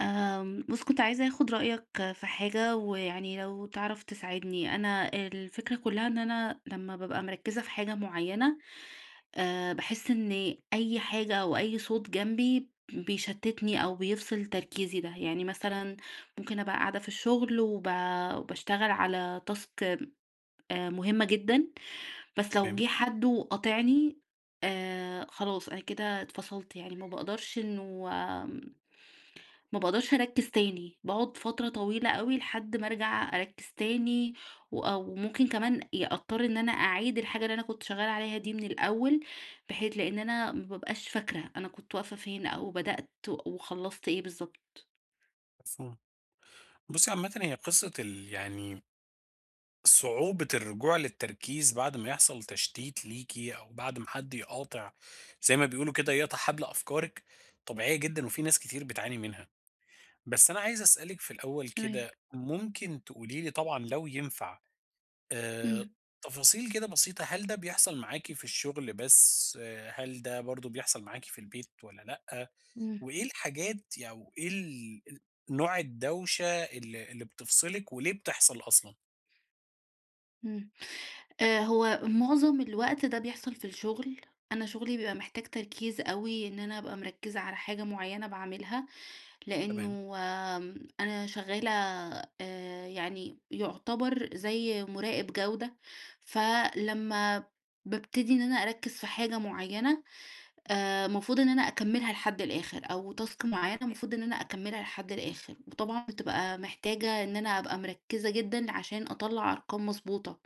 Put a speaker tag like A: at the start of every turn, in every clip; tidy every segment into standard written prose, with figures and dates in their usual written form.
A: بُص كنت عايزة آخد رأيك في حاجة، ويعني لو تعرف تساعدني. أنا الفكرة كلّها إن أنا لمّا بابقى مركّزة في حاجة معيّنة، باحس إن أي حاجة أو أي صوت جنبي بيشتتني أو بيفصل تركيزي ده. يعني مثلًا ممكن أبقى قاعدة في الشغل وباشتغل على task مهمة جدًا، بس لو
B: تمام،
A: جه حد وقاطعني خلاص أنا كده اتفصلت، يعني ما باقدرش أركّز تاني، باقعد فترة طويلة أوي لحد ما أرجع أركّز تاني، أو ممكن كمان أضطر إن أنا أعيد الحاجة اللي أنا كنت شغّالة عليها دي من الأول، بحيث لإن أنا ما بابقاش فاكرة أنا كنت واقفة فين أو بدأت وخلّصت إيه بالضبط.
B: مفهوم. بُصّي عامةً هي قصة يعني صعوبة الرجوع للتركيز بعد ما يحصل تشتيت ليكِ أو بعد ما حد يقاطع زي ما بيقولوا كده يقطع حبل أفكارِك، طبيعية جدًا وفي ناس كتير بتعاني منها. بس أنا عايز أسألِك في الأول
A: تمام.
B: كده، ممكن تقولي لي طبعًا لو ينفع آآ،
A: إمم،
B: تفاصيل كده بسيطة، هل ده بيحصل معاكِ في الشغل بس، هل ده برضه بيحصل معاكِ في البيت والّا لأ؟
A: إمم،
B: وإيه الحاجات أو إيه ال نوع الدوشة اللي بتفصلِك وليه بتحصل أصلًا؟
A: إمم. هو معظم الوقت ده بيحصل في الشغل، أنا شغلي بيبقى محتاج تركيز أوي إن أنا أبقى مركّزة على حاجة معيّنة باعملها.
B: تمام،
A: لأنه أنا شغّالة يعني يُعتبر زي مُراقب جودة، فلمّا بابتدي إن أنا أركّز في حاجة معيّنة المفروض إن أنا أكمّلها لحد الآخر، أو task معيّنة المفروض إن أنا أكمّلها لحد الآخر، وطبعًا بتبقى محتاجة إن أنا أبقى مركّزة جدًا عشان أطلّع أرقام مضبوطة.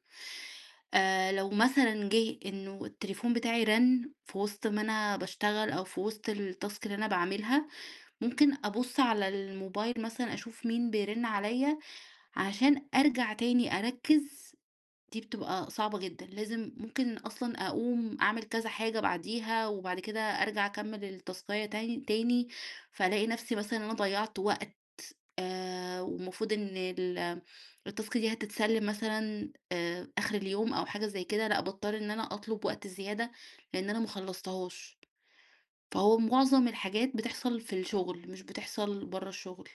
A: لو مثلًا جِه إنه التليفون بتاعي رَن في وسط ما أنا باشتغل أو في وسط الtask اللي أنا باعملها، ممكن أبُص على الموبايل مثلًا أشوف مين بيرن عليَّ عشان أرجع تاني أركّز، دي بتبقى صعبة جدًا، لازم ممكن أصلًا أقوم أعمل كذا حاجة بعديها، وبعد كده أرجع أكمّل التاسكاية تاني تاني، فالاقي نفسي مثلًا أنا ضيّعت وقت والمفروض إن التاسك دي هتتسلم مثلًا آخر اليوم أو حاجة زي كده، لأ باضطر إن أنا أطلب وقت زيادة لإن أنا ما خلّصتهاش. فهو معظم الحاجات بتحصل في الشغل، مش بتحصل برّه الشغل.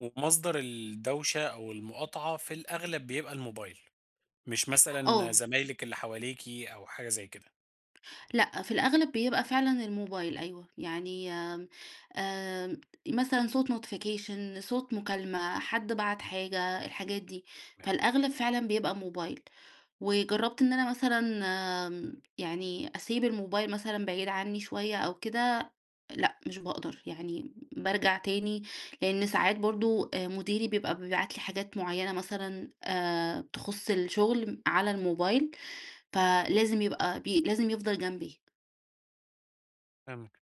B: ومصدر الدوشة أو المقاطعة في الأغلب بيبقى الموبايل، مش مثلًا
A: آه،
B: زمايلِك اللي حواليكِ أو حاجة زي كده.
A: لأ، في الأغلب بيبقى فعلًا الموبايل أيوه، يعني آمم، آمم، مثلًا صوت notification صوت مكالمة، حد بعت حاجة، الحاجات دي،
B: تمام،
A: فالأغلب فعلًا بيبقى موبايل. وجرّبت إن أنا مثلًا يعني أسيب الموبايل مثلًا بعيد عني شوية أو كده لأ، مش باقدر، يعني بارجع تاني لإن ساعات برضه مديري بيبقى بيبعت لي حاجات معيّنة مثلًا تخُص الشغل على الموبايل، فلازم يبقى بي لازم يفضل جنبي.
B: فاهمِك.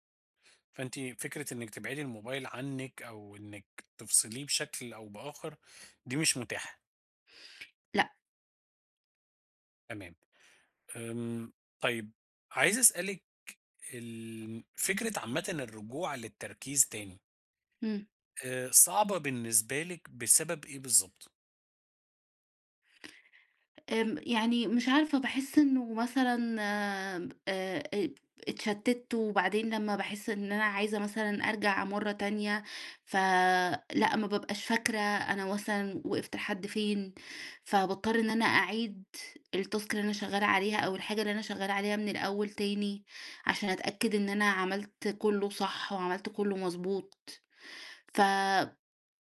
B: فأنتِ فكرة إنِّك تبعدي الموبايل عنِّك أو إنِّك تفصليه بشكل أو بآخر دي مش متاحة.
A: لأ،
B: تمام. آمم، طيب عايز أسألِك فكرة عامةً الرجوع للتركيز تاني
A: إمم.
B: صعبة بالنسبة لِك بسبب إيه بالضبط؟
A: يعني مش عارفة باحس إنه مثلًا اتشتِّت، وبعدين لمّا باحس إن أنا عايزة مثلًا أرجع مرّة تانية، فلأ ما بابقاش فاكرة أنا مثلًا وقفت لحد فين، فباضطر إن أنا أعيد الtask اللي أنا شغّالة عليها أو الحاجة اللي أنا شغّالة عليها من الأول تاني، عشان أتأكد إن أنا عملت كُلّه صح وعملت كُلّه مضبوط. ف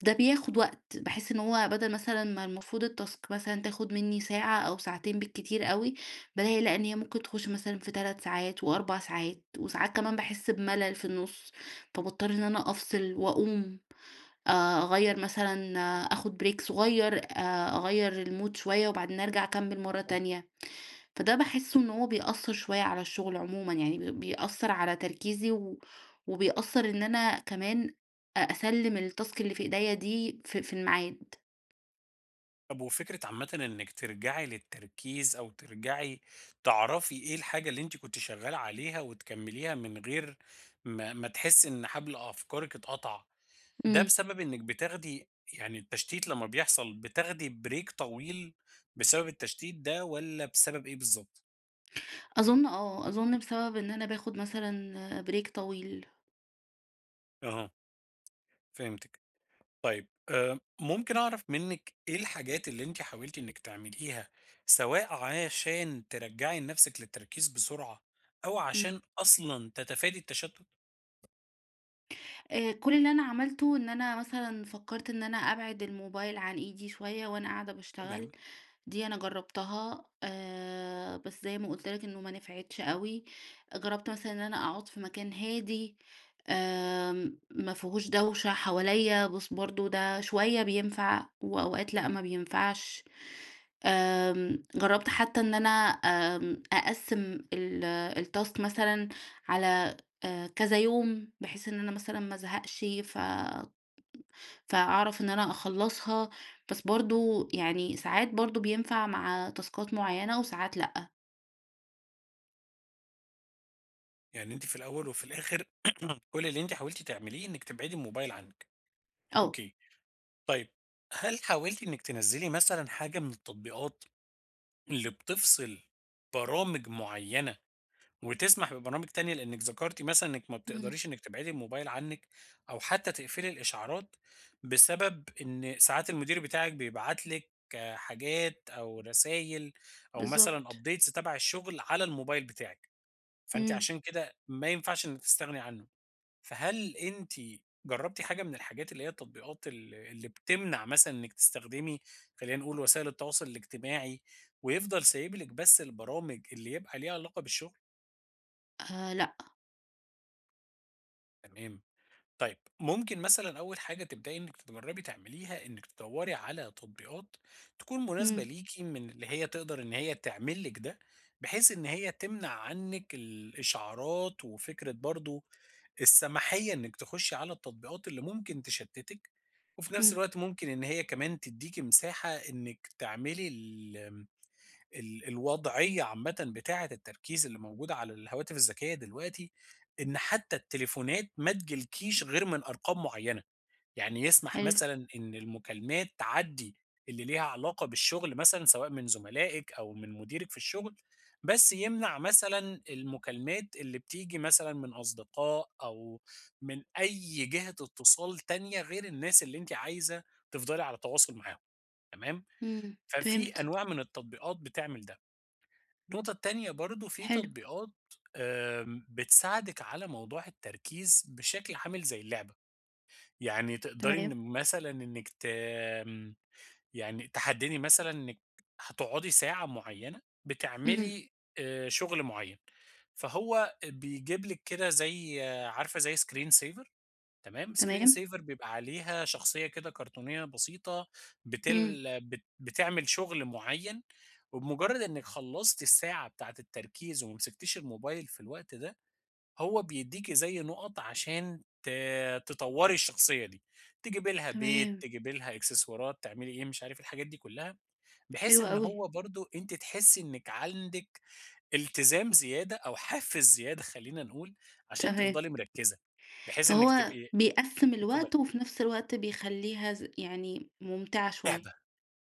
A: ده بياخد وقت، باحس إن هو بدل مثلًا ما المفروض الtask مثلًا تاخد منّي ساعة أو ساعتين بالكتير أوي، بالاقي لأ إن هي ممكن تخش مثلًا في 3 ساعات و4 ساعات، وساعات كمان باحس بملل في النُص، فباضطر إن أنا أفصل وأقوم أغيّر مثلًا آخد break صغير، أغيّر الmood شوية وبعدين أرجع أكمّل مرّة تانية. فده باحس إن هو بيأثّر شوية على الشغل عمومًا، يعني بيأثّر على تركيزي وبيأثّر إن أنا كمان أسلِّم الtask اللي في إيديّا دي في الميعاد.
B: طب وفكرة عامةً إنِّك ترجعي للتركيز أو ترجعي تعرفي إيه الحاجة اللي أنتِ كنتِ شغّالة عليها وتكمّليها من غير ما تحسّي إن حبل أفكارِك اتقطع، ده
A: إمم.
B: بسبب إنِّك بتاخدي يعني التشتيت لمّا بيحصل بتاخدي break طويل بسبب التشتيت ده والّا بسبب إيه بالضبط؟
A: أظُن آه، أظُن بسبب إن أنا باخُد مثلًا break طويل.
B: أها، فهمتِك. طيب ممكن أعرف منِّك إيه الحاجات اللي أنتِ حاولتِ إنِّك تعمليها، سواء عشان ترجّعي لنفسِك للتركيز بسرعة، أو
A: إمم.
B: عشان أصلًا تتفادي التشتُّت؟
A: كل اللي أنا عملته إن أنا مثلًا فكّرت إن أنا أبعد الموبايل عن إيدي شوية وأنا قاعدة باشتغل،
B: تمام،
A: دي أنا جرّبتها بس زي ما قُلت لك إنه ما نفعتش أوي، جرّبت مثلًا إن أنا أقعد في مكان هادي ما فيهوش دوشة حواليّا، بس برضه ده شوية بينفع وأوقات لأ ما بينفعش. جرّبت حتى إن أنا أقسّم الtask مثلًا على كذا يوم، بحيث إن أنا مثلًا ما ازهقش فأعرف إن أنا أخلّصها، بس برضه يعني ساعات برضه بينفع مع تاسكات معيّنة وساعات لأ.
B: يعني أنتِ في الأول وفي الآخر كل اللي أنتِ حاولتِ تعمليه إنِّك تبعدي الموبايل عنِّك.
A: آه،
B: أوكي. طيب هل حاولتِ إنِّك تنزّلي مثلًا حاجة من التطبيقات اللي بتفصل برامج معيّنة وتسمح ببرامج تانية، لأنِك ذكرتِ مثلًا إنِك ما
A: إمم،
B: بتقدريش إنِك تبعدي الموبايل عنِك أو حتى تقفلي الإشعارات، بسبب إن ساعات المدير بتاعِك بيبعت لِك حاجات أو رسايل أو مثلًا
A: بالضبط،
B: updates تبع الشغل على الموبايل بتاعِك، فأنتِ
A: إمم،
B: عشان كده ما ينفعش إنِك تستغني عنه. فهل أنتِ جربتِ حاجة من الحاجات اللي هي التطبيقات اللي بتمنع مثلًا إنِك تستخدمي خلّينا نقول وسائل التواصل الاجتماعي، ويفضل سايب لِك بس البرامج اللي يبقى ليها علاقة بالشغل؟
A: لأ،
B: تمام. طيب ممكن مثلا أول حاجة تبدأي إنِك تجربي تعمليها إنِك تدوري على تطبيقات تكون مناسبة
A: إمم،
B: ليكي، من اللي هي تقدر إن هي تعمل لك ده بحيث إن هي تمنع عنك الإشعارات، وفكرة برضو السماحية إنك تخشي على التطبيقات اللي ممكن تشتتك، وفي نفس
A: إمم،
B: الوقت ممكن إن هي كمان تديكي مساحة إنك تعملي ال الوضعية عامةً بتاعة التركيز اللي موجودة على الهواتف الذكية دلوقتي، إن حتى التليفونات ما تجيلكيش غير من أرقام معيّنة، يعني يسمح
A: حلو،
B: مثلًا إن المكالمات تعدّي اللي ليها علاقة بالشغل مثلًا سواء من زملائِك أو من مديرِك في الشغل، بس يمنع مثلًا المكالمات اللي بتيجي مثلًا من أصدقاء أو من أي جهة اتصال تانية غير الناس اللي أنتِ عايزة تفضلي على تواصل معاهم، تمام؟
A: إمم،
B: ففي
A: فهمت،
B: أنواع من التطبيقات بتعمل ده. النقطة التانية برضه في
A: حلو،
B: تطبيقات بتساعدِك على موضوع التركيز بشكل عامل زي اللعبة، يعني تقدري إن
A: تمام،
B: مثلًا إنِّك ت آمم، يعني تحددي مثلًا إنِّك هتقعدي ساعة معينة
A: إمم،
B: بتعملي شغل معين، فهو بيجيب لِك كده زي عارفة زي screen saver. تمام، screen
A: تمام،
B: saver بيبقى عليها شخصية كده كرتونية بسيطة
A: إمم،
B: بتل بت بتعمل شغل معيّن، وبمجرد إنِّك خلّصتِ الساعة بتاعة التركيز وما مسكتيش الموبايل في الوقت ده، هو بيدّيكِ زي نُقَط عشان تطوّري الشخصية دي، تجيبي لها بيت،
A: تمام،
B: تجيبي لها إكسسوارات، تعملي إيه، مش عارف الحاجات دي كلّها، بحيث
A: حلو
B: إن
A: أوي،
B: هو برضه أنتِ تحسّي إنِّك عندِك التزام زيادة أو حافز زيادة خلّينا نقول، عشان
A: تمام.
B: تفضلي مركّزة، بحيث إنِّك
A: فهو
B: تبقي
A: بيقسّم
B: اتفض
A: الوقت وفي نفس الوقت بيخلّيها يعني ممتعة شوية،
B: لعبة،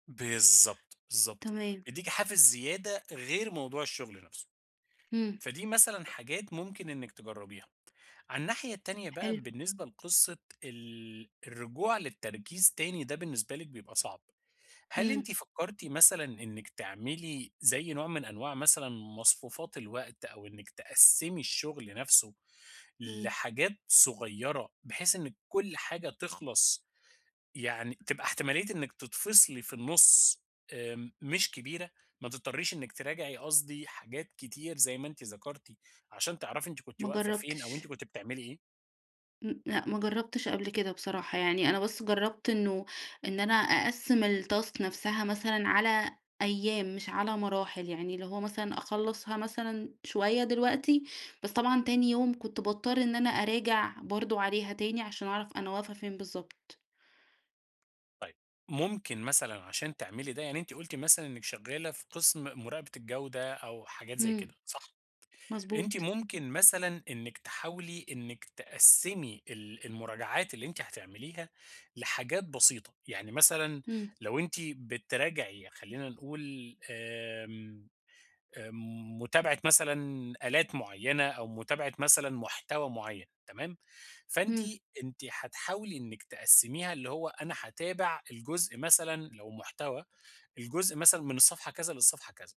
B: بالضبط، بالضبط،
A: تمام،
B: بيدّيكِ حافز زيادة غير موضوع الشغل نفسه،
A: إمم،
B: فدي مثلًا حاجات ممكن إنِّك تجرّبيها. على الناحية التانية بقى
A: حلو،
B: بالنسبة لقصة الرجوع للتركيز تاني ده بالنسبة لِك بيبقى صعب، هل
A: إمم،
B: أنتِ فكّرتِ مثلًا إنِّك تعملي زي نوع من أنواع مثلًا مصفوفات الوقت أو إنِّك تقسّمي الشغل نفسه
A: إمم.
B: لحاجات صغيّرة بحيث إن كل حاجة تخلص، يعني تبقى احتمالية إنِّك تتفصلي في النُص مش كبيرة، ما تضطريش إنِّك تراجعي قصدي حاجات كتير زي ما أنتِ ذكرتِ، عشان تعرفي أنتِ كنتِ
A: ما
B: واقفة فين أو أنتِ
A: جرّبتش،
B: كنتِ بتعملي إيه.
A: إمم، لأ ما جرّبتش قبل كده بصراحة، يعني أنا بس جرّبت إن أنا أقسّم الtask نَفْسها مثلًا على أيام مش على مراحل، يعني اللي هو مثلًا أخلّصها مثلًا شوية دلوقتي، بس طبعًا تاني يوم كنت باضطر إن أنا أراجع برضه عليها تاني عشان أعرف أنا واقفة فين بالضبط.
B: ممكن مثلًا عشان تعملي ده، يعني أنتِ قُلتِ مثلًا إنِّك شغّالة في قسم مراقبة الجودة أو حاجات زي كده،
A: إمم،
B: صح؟
A: مضبوط،
B: أنتِ ممكن مثلًا إنِّك تحاولي إنِّك تقسّمي المراجعات اللي أنتِ هتعمليها لحاجات بسيطة، يعني مثلًا
A: إمم،
B: لو أنتِ بتراجعي خلّينا نقول آمم، آآ، متابعة مثلًا آلات معيّنة أو متابعة مثلًا محتوى معيّن، تمام، فأنتِ
A: إمم،
B: أنتِ هتحاولي إنِّك تقسّميها، اللي هو أنا هاتابع الجزء مثلًا لو محتوى، الجزء مثلًا من الصفحة كذا للصفحة كذا.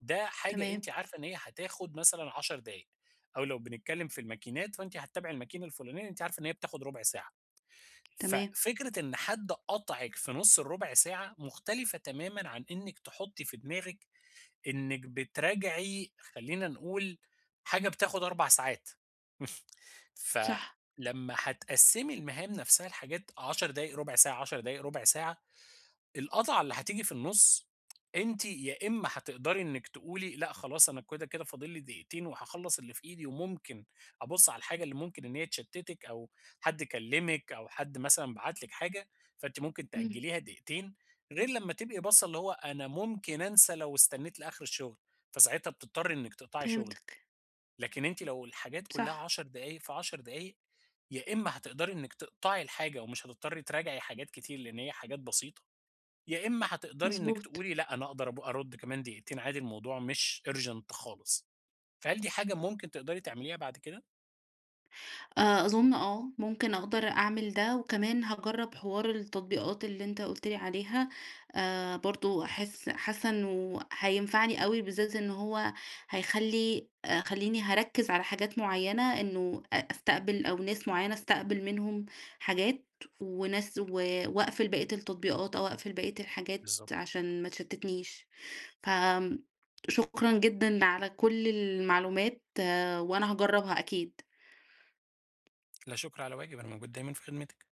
B: ده حاجة أنتِ
A: تمام،
B: عارفة إن هي هتاخد مثلًا 10 دقايق، أو لو بنتكلم في الماكينات فأنتِ هتتابعي الماكينة الفلانية أنتِ عارفة إن هي بتاخد ربع ساعة،
A: تمام،
B: ففكرة إن حد قطعِك في نُص الربع ساعة مختلفة تمامًا عن إنِّك تحطي في دماغِك إنِّك بتراجعي خلّينا نقول حاجة بتاخد 4 ساعات.
A: صح،
B: فلمّا هتقسّمي المهام نفسها لحاجات 10 دقايق، ربع ساعة، 10 دقايق، ربع ساعة، القطعة اللي هتيجي في النُص، أنتِ يا إمّا هتقدري إنِّك تقولي لأ خلاص أنا كده، كده فاضل لي دقيقتين وهاخلّص اللي في إيدي وممكن أبُص على الحاجة اللي ممكن إن هي تشتِّتِك أو حد كلّمِك أو حد مثلًا بعت لِك حاجة، فأنتِ ممكن
A: إمم،
B: تأجّليها دقيقتين، غير لمّا تبقي باصّة اللي هو أنا ممكن أنسى لو استنّيت لآخر الشُغل، فساعتها بتضطرّي إنِّك تقطعي شُغلِك.
A: فهمتك،
B: لكن أنتِ لو الحاجات كُلّها
A: صح،
B: 10 دقايق في 10 دقايق، يا إمّا هتقدري إنِّك تقطعي الحاجة ومش هتضطرّي تراجعي حاجات كتير لإن هي حاجات بسيطة، يا إما هتقدري إنِّك
A: مضبوط.
B: تقولي لأ، أنا أقدر أرُدّ كمان دقيقتين عادي الموضوع مش urgent خالص، فهل دي حاجة ممكن تقدري تعمليها بعد كده؟
A: أظن آه، ممكن أقدر أعمل ده، وكمان هاجرّب حوار التطبيقات اللي أنت قُلت لي عليها، برضه أحس حاسة إنه هينفعني أوي، بالذات إن هو هيخلّي خلّيني هاركّز على حاجات معيّنة، إنه أستقبل أو ناس معيّنة أستقبل منهم حاجات، وناس وأقفل بقية التطبيقات أو أقفل بقية الحاجات
B: بالضبط.
A: عشان ما تشتتنيش. فآمم شكرًا جدًا على كل المعلومات، آه، وأنا هاجرّبها أكيد.
B: لا شُكر على واجب، أنا موجود دايمًا في خدمتِك.